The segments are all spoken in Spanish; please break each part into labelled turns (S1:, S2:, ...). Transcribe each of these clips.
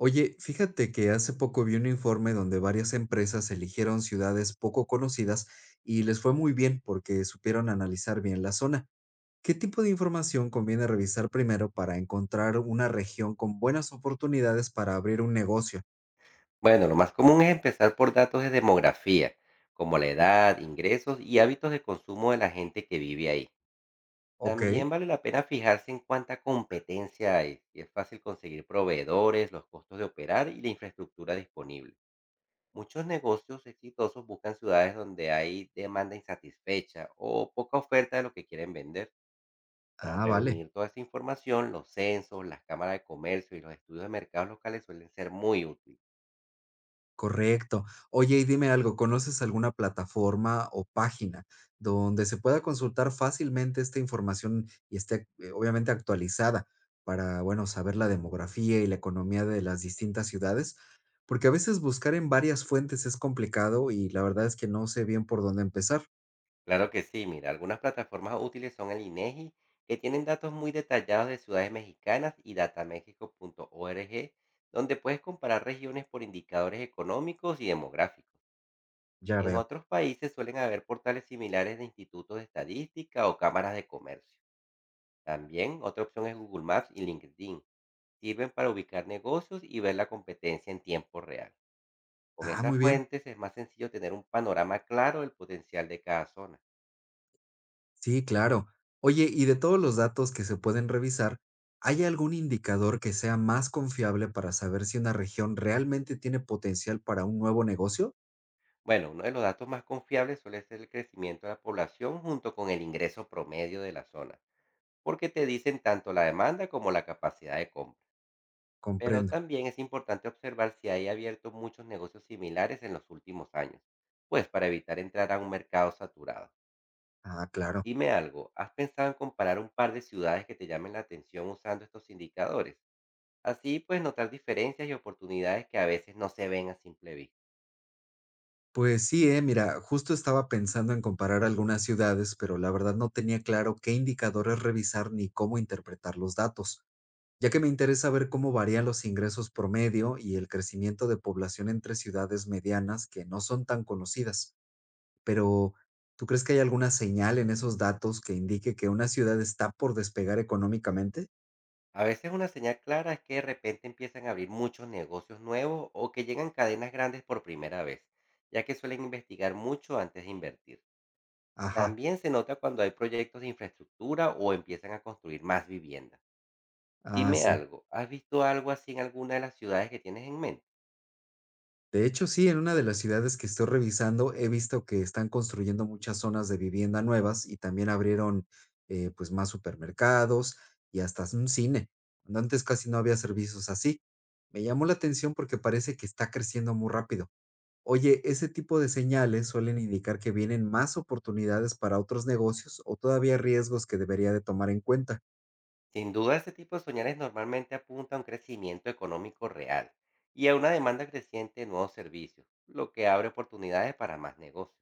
S1: Oye, fíjate que hace poco vi un informe donde varias empresas eligieron ciudades poco conocidas y les fue muy bien porque supieron analizar bien la zona. ¿Qué tipo de información conviene revisar primero para encontrar una región con buenas oportunidades para abrir un negocio?
S2: Bueno, lo más común es empezar por datos de demografía, como la edad, ingresos y hábitos de consumo de la gente que vive ahí.
S1: Ok.
S2: También vale la pena fijarse en cuánta competencia hay, si es fácil conseguir proveedores, los costos de operar y la infraestructura disponible. Muchos negocios exitosos buscan ciudades donde hay demanda insatisfecha o poca oferta de lo que quieren vender. Para
S1: Ah, vale.
S2: reunir toda esa información, los censos, las cámaras de comercio y los estudios de mercados locales suelen ser muy útiles.
S1: Correcto. Oye, y dime algo, ¿conoces alguna plataforma o página donde se pueda consultar fácilmente esta información y esté obviamente actualizada para, bueno, saber la demografía y la economía de las distintas ciudades? Porque a veces buscar en varias fuentes es complicado y la verdad es que no sé bien por dónde empezar.
S2: Claro que sí, mira, algunas plataformas útiles son el INEGI, que tienen datos muy detallados de ciudades mexicanas y datamexico.org, donde puedes comparar regiones por indicadores económicos y demográficos.
S1: Ya
S2: En
S1: veo.
S2: otros países suelen haber portales similares de institutos de estadística o cámaras de comercio. También otra opción es Google Maps y LinkedIn. Sirven para ubicar negocios y ver la competencia en tiempo real. Con
S1: Ah,
S2: esas
S1: muy bien.
S2: fuentes es más sencillo tener un panorama claro del potencial de cada zona.
S1: Sí, claro. Oye, y de todos los datos que se pueden revisar, ¿hay algún indicador que sea más confiable para saber si una región realmente tiene potencial para un nuevo negocio?
S2: Bueno, uno de los datos más confiables suele ser el crecimiento de la población junto con el ingreso promedio de la zona, porque te dicen tanto la demanda como la capacidad de compra. Pero
S1: Comprendo.
S2: también es importante observar si hay abierto muchos negocios similares en los últimos años, pues para evitar entrar a un mercado saturado.
S1: Ah, claro.
S2: Dime algo, ¿has pensado en comparar un par de ciudades que te llamen la atención usando estos indicadores? Así puedes notar diferencias y oportunidades que a veces no se ven a simple vista.
S1: Pues sí, mira, justo estaba pensando en comparar algunas ciudades, pero la verdad no tenía claro qué indicadores revisar ni cómo interpretar los datos, ya que me interesa ver cómo varían los ingresos promedio y el crecimiento de población entre ciudades medianas que no son tan conocidas. Pero, ¿tú crees que hay alguna señal en esos datos que indique que una ciudad está por despegar económicamente?
S2: A veces una señal clara es que de repente empiezan a abrir muchos negocios nuevos o que llegan cadenas grandes por primera vez, ya que suelen investigar mucho antes de invertir.
S1: Ajá,
S2: También se nota cuando hay proyectos de infraestructura o empiezan a construir más viviendas.
S1: ah,
S2: Dime
S1: sí.
S2: algo, ¿has visto algo así en alguna de las ciudades que tienes en mente?
S1: De hecho, sí, en una de las ciudades que estoy revisando he visto que están construyendo muchas zonas de vivienda nuevas y también abrieron pues más supermercados y hasta un cine, cuando antes casi no había servicios así. Me llamó la atención porque parece que está creciendo muy rápido. Oye, ese tipo de señales suelen indicar que vienen más oportunidades para otros negocios o todavía riesgos que debería de tomar en cuenta.
S2: Sin duda, este tipo de señales normalmente apunta a un crecimiento económico real y a una demanda creciente de nuevos servicios, lo que abre oportunidades para más negocios.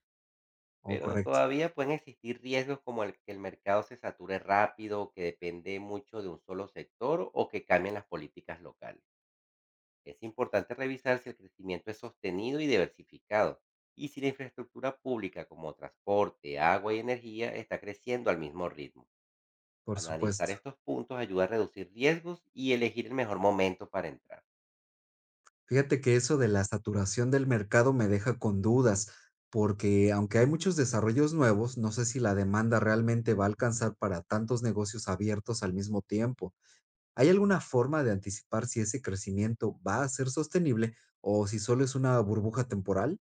S1: Oh,
S2: Pero
S1: correcto,
S2: todavía pueden existir riesgos como el que el mercado se sature rápido, que depende mucho de un solo sector o que cambien las políticas locales. Es importante revisar si el crecimiento es sostenido y diversificado y si la infraestructura pública como transporte, agua y energía está creciendo al mismo ritmo.
S1: por
S2: Analizar
S1: supuesto.
S2: estos puntos ayuda a reducir riesgos y elegir el mejor momento para entrar.
S1: Fíjate que eso de la saturación del mercado me deja con dudas, porque aunque hay muchos desarrollos nuevos, no sé si la demanda realmente va a alcanzar para tantos negocios abiertos al mismo tiempo. ¿Hay alguna forma de anticipar si ese crecimiento va a ser sostenible o si solo es una burbuja temporal?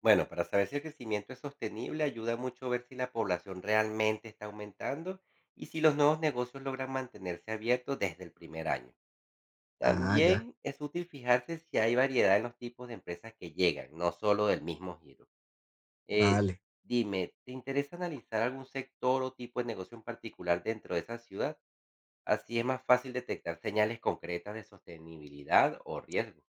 S2: Bueno, para saber si el crecimiento es sostenible, ayuda mucho ver si la población realmente está aumentando y si los nuevos negocios logran mantenerse abiertos desde el primer año.
S1: Ah, ya,
S2: También es útil fijarse si hay variedad en los tipos de empresas que llegan, no solo del mismo giro. Eh,
S1: vale.
S2: Dime, ¿te interesa analizar algún sector o tipo de negocio en particular dentro de esa ciudad? Así es más fácil detectar señales concretas de sostenibilidad o riesgo.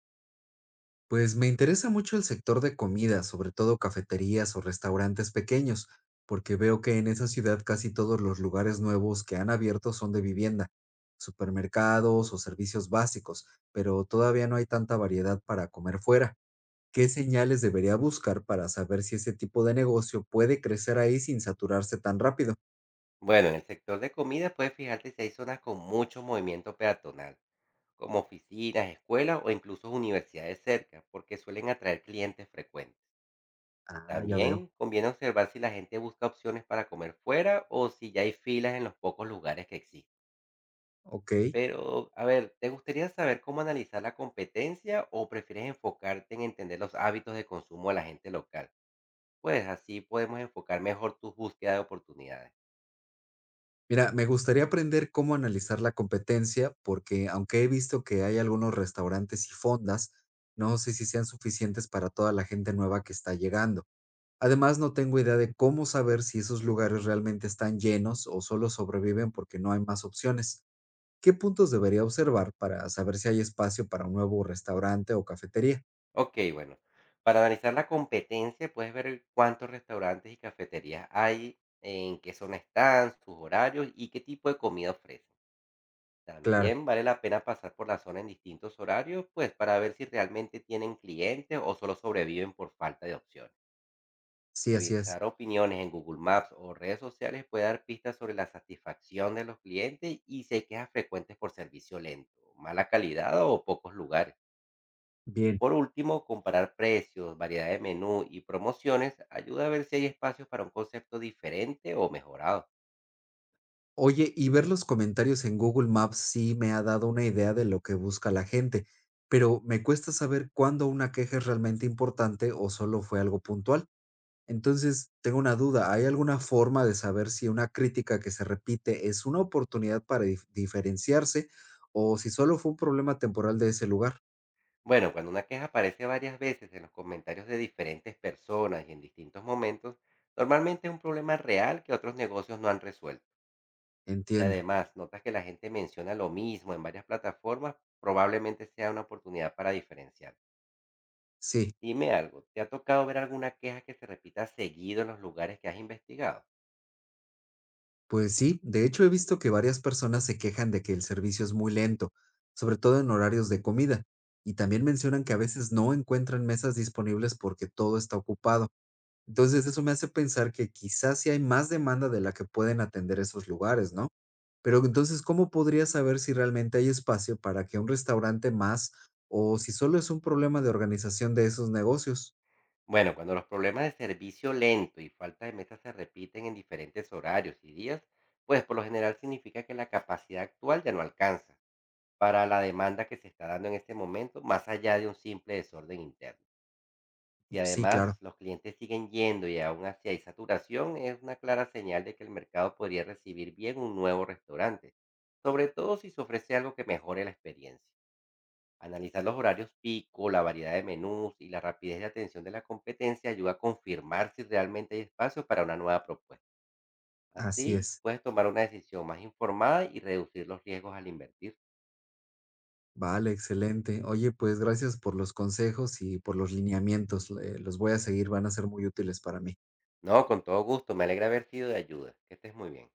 S1: Pues me interesa mucho el sector de comida, sobre todo cafeterías o restaurantes pequeños, porque veo que en esa ciudad casi todos los lugares nuevos que han abierto son de vivienda, supermercados o servicios básicos, pero todavía no hay tanta variedad para comer fuera. ¿Qué señales debería buscar para saber si ese tipo de negocio puede crecer ahí sin saturarse tan rápido?
S2: Bueno, en el sector de comida puedes fijarte si hay zonas con mucho movimiento peatonal como oficinas, escuelas o incluso universidades cerca, porque suelen atraer clientes frecuentes.
S1: Ah, ya veo.
S2: También conviene observar si la gente busca opciones para comer fuera o si ya hay filas en los pocos lugares que existen.
S1: Ok.
S2: Pero, a ver, ¿te gustaría saber cómo analizar la competencia o prefieres enfocarte en entender los hábitos de consumo de la gente local? Pues así podemos enfocar mejor tu búsqueda de oportunidades.
S1: Mira, me gustaría aprender cómo analizar la competencia, porque aunque he visto que hay algunos restaurantes y fondas, no sé si sean suficientes para toda la gente nueva que está llegando. Además, no tengo idea de cómo saber si esos lugares realmente están llenos o solo sobreviven porque no hay más opciones. ¿Qué puntos debería observar para saber si hay espacio para un nuevo restaurante o cafetería?
S2: Ok, bueno. Para analizar la competencia, puedes ver cuántos restaurantes y cafeterías hay, en qué zona están, sus horarios y qué tipo de comida ofrecen.
S1: Claro,
S2: También vale la pena pasar por la zona en distintos horarios, pues para ver si realmente tienen clientes o solo sobreviven por falta de opciones.
S1: sí, así es.
S2: Revisar opiniones en Google Maps o redes sociales puede dar pistas sobre la satisfacción de los clientes y si hay quejas frecuentes por servicio lento, mala calidad o pocos lugares.
S1: Bien.
S2: Por último, comparar precios, variedad de menú y promociones ayuda a ver si hay espacio para un concepto diferente o mejorado.
S1: Oye, y ver los comentarios en Google Maps sí me ha dado una idea de lo que busca la gente, pero me cuesta saber cuándo una queja es realmente importante o solo fue algo puntual. Entonces, tengo una duda, ¿hay alguna forma de saber si una crítica que se repite es una oportunidad para diferenciarse o si solo fue un problema temporal de ese lugar?
S2: Bueno, cuando una queja aparece varias veces en los comentarios de diferentes personas y en distintos momentos, normalmente es un problema real que otros negocios no han resuelto. Y
S1: Entiendo,
S2: además, notas que la gente menciona lo mismo en varias plataformas, probablemente sea una oportunidad para diferenciar.
S1: sí.
S2: Dime algo, ¿te ha tocado ver alguna queja que se repita seguido en los lugares que has investigado?
S1: Pues sí, de hecho he visto que varias personas se quejan de que el servicio es muy lento, sobre todo en horarios de comida, y también mencionan que a veces no encuentran mesas disponibles porque todo está ocupado. Entonces eso me hace pensar que quizás sí hay más demanda de la que pueden atender esos lugares, ¿no? Pero entonces, ¿cómo podría saber si realmente hay espacio para que un restaurante más o si solo es un problema de organización de esos negocios?
S2: Bueno, cuando los problemas de servicio lento y falta de mesas se repiten en diferentes horarios y días, pues por lo general significa que la capacidad actual ya no alcanza para la demanda que se está dando en este momento, más allá de un simple desorden interno. Y
S1: Sí,
S2: además
S1: claro,
S2: los clientes siguen yendo y aún así hay saturación, es una clara señal de que el mercado podría recibir bien un nuevo restaurante, sobre todo si se ofrece algo que mejore la experiencia. Analizar los horarios pico, la variedad de menús y la rapidez de atención de la competencia ayuda a confirmar si realmente hay espacio para una nueva propuesta.
S1: así
S2: Así
S1: es.
S2: puedes tomar una decisión más informada y reducir los riesgos al invertir.
S1: Vale, excelente. Oye, pues gracias por los consejos y por los lineamientos. Los voy a seguir, van a ser muy útiles para mí.
S2: No, con todo gusto, me alegra haber sido de ayuda. Que estés muy bien.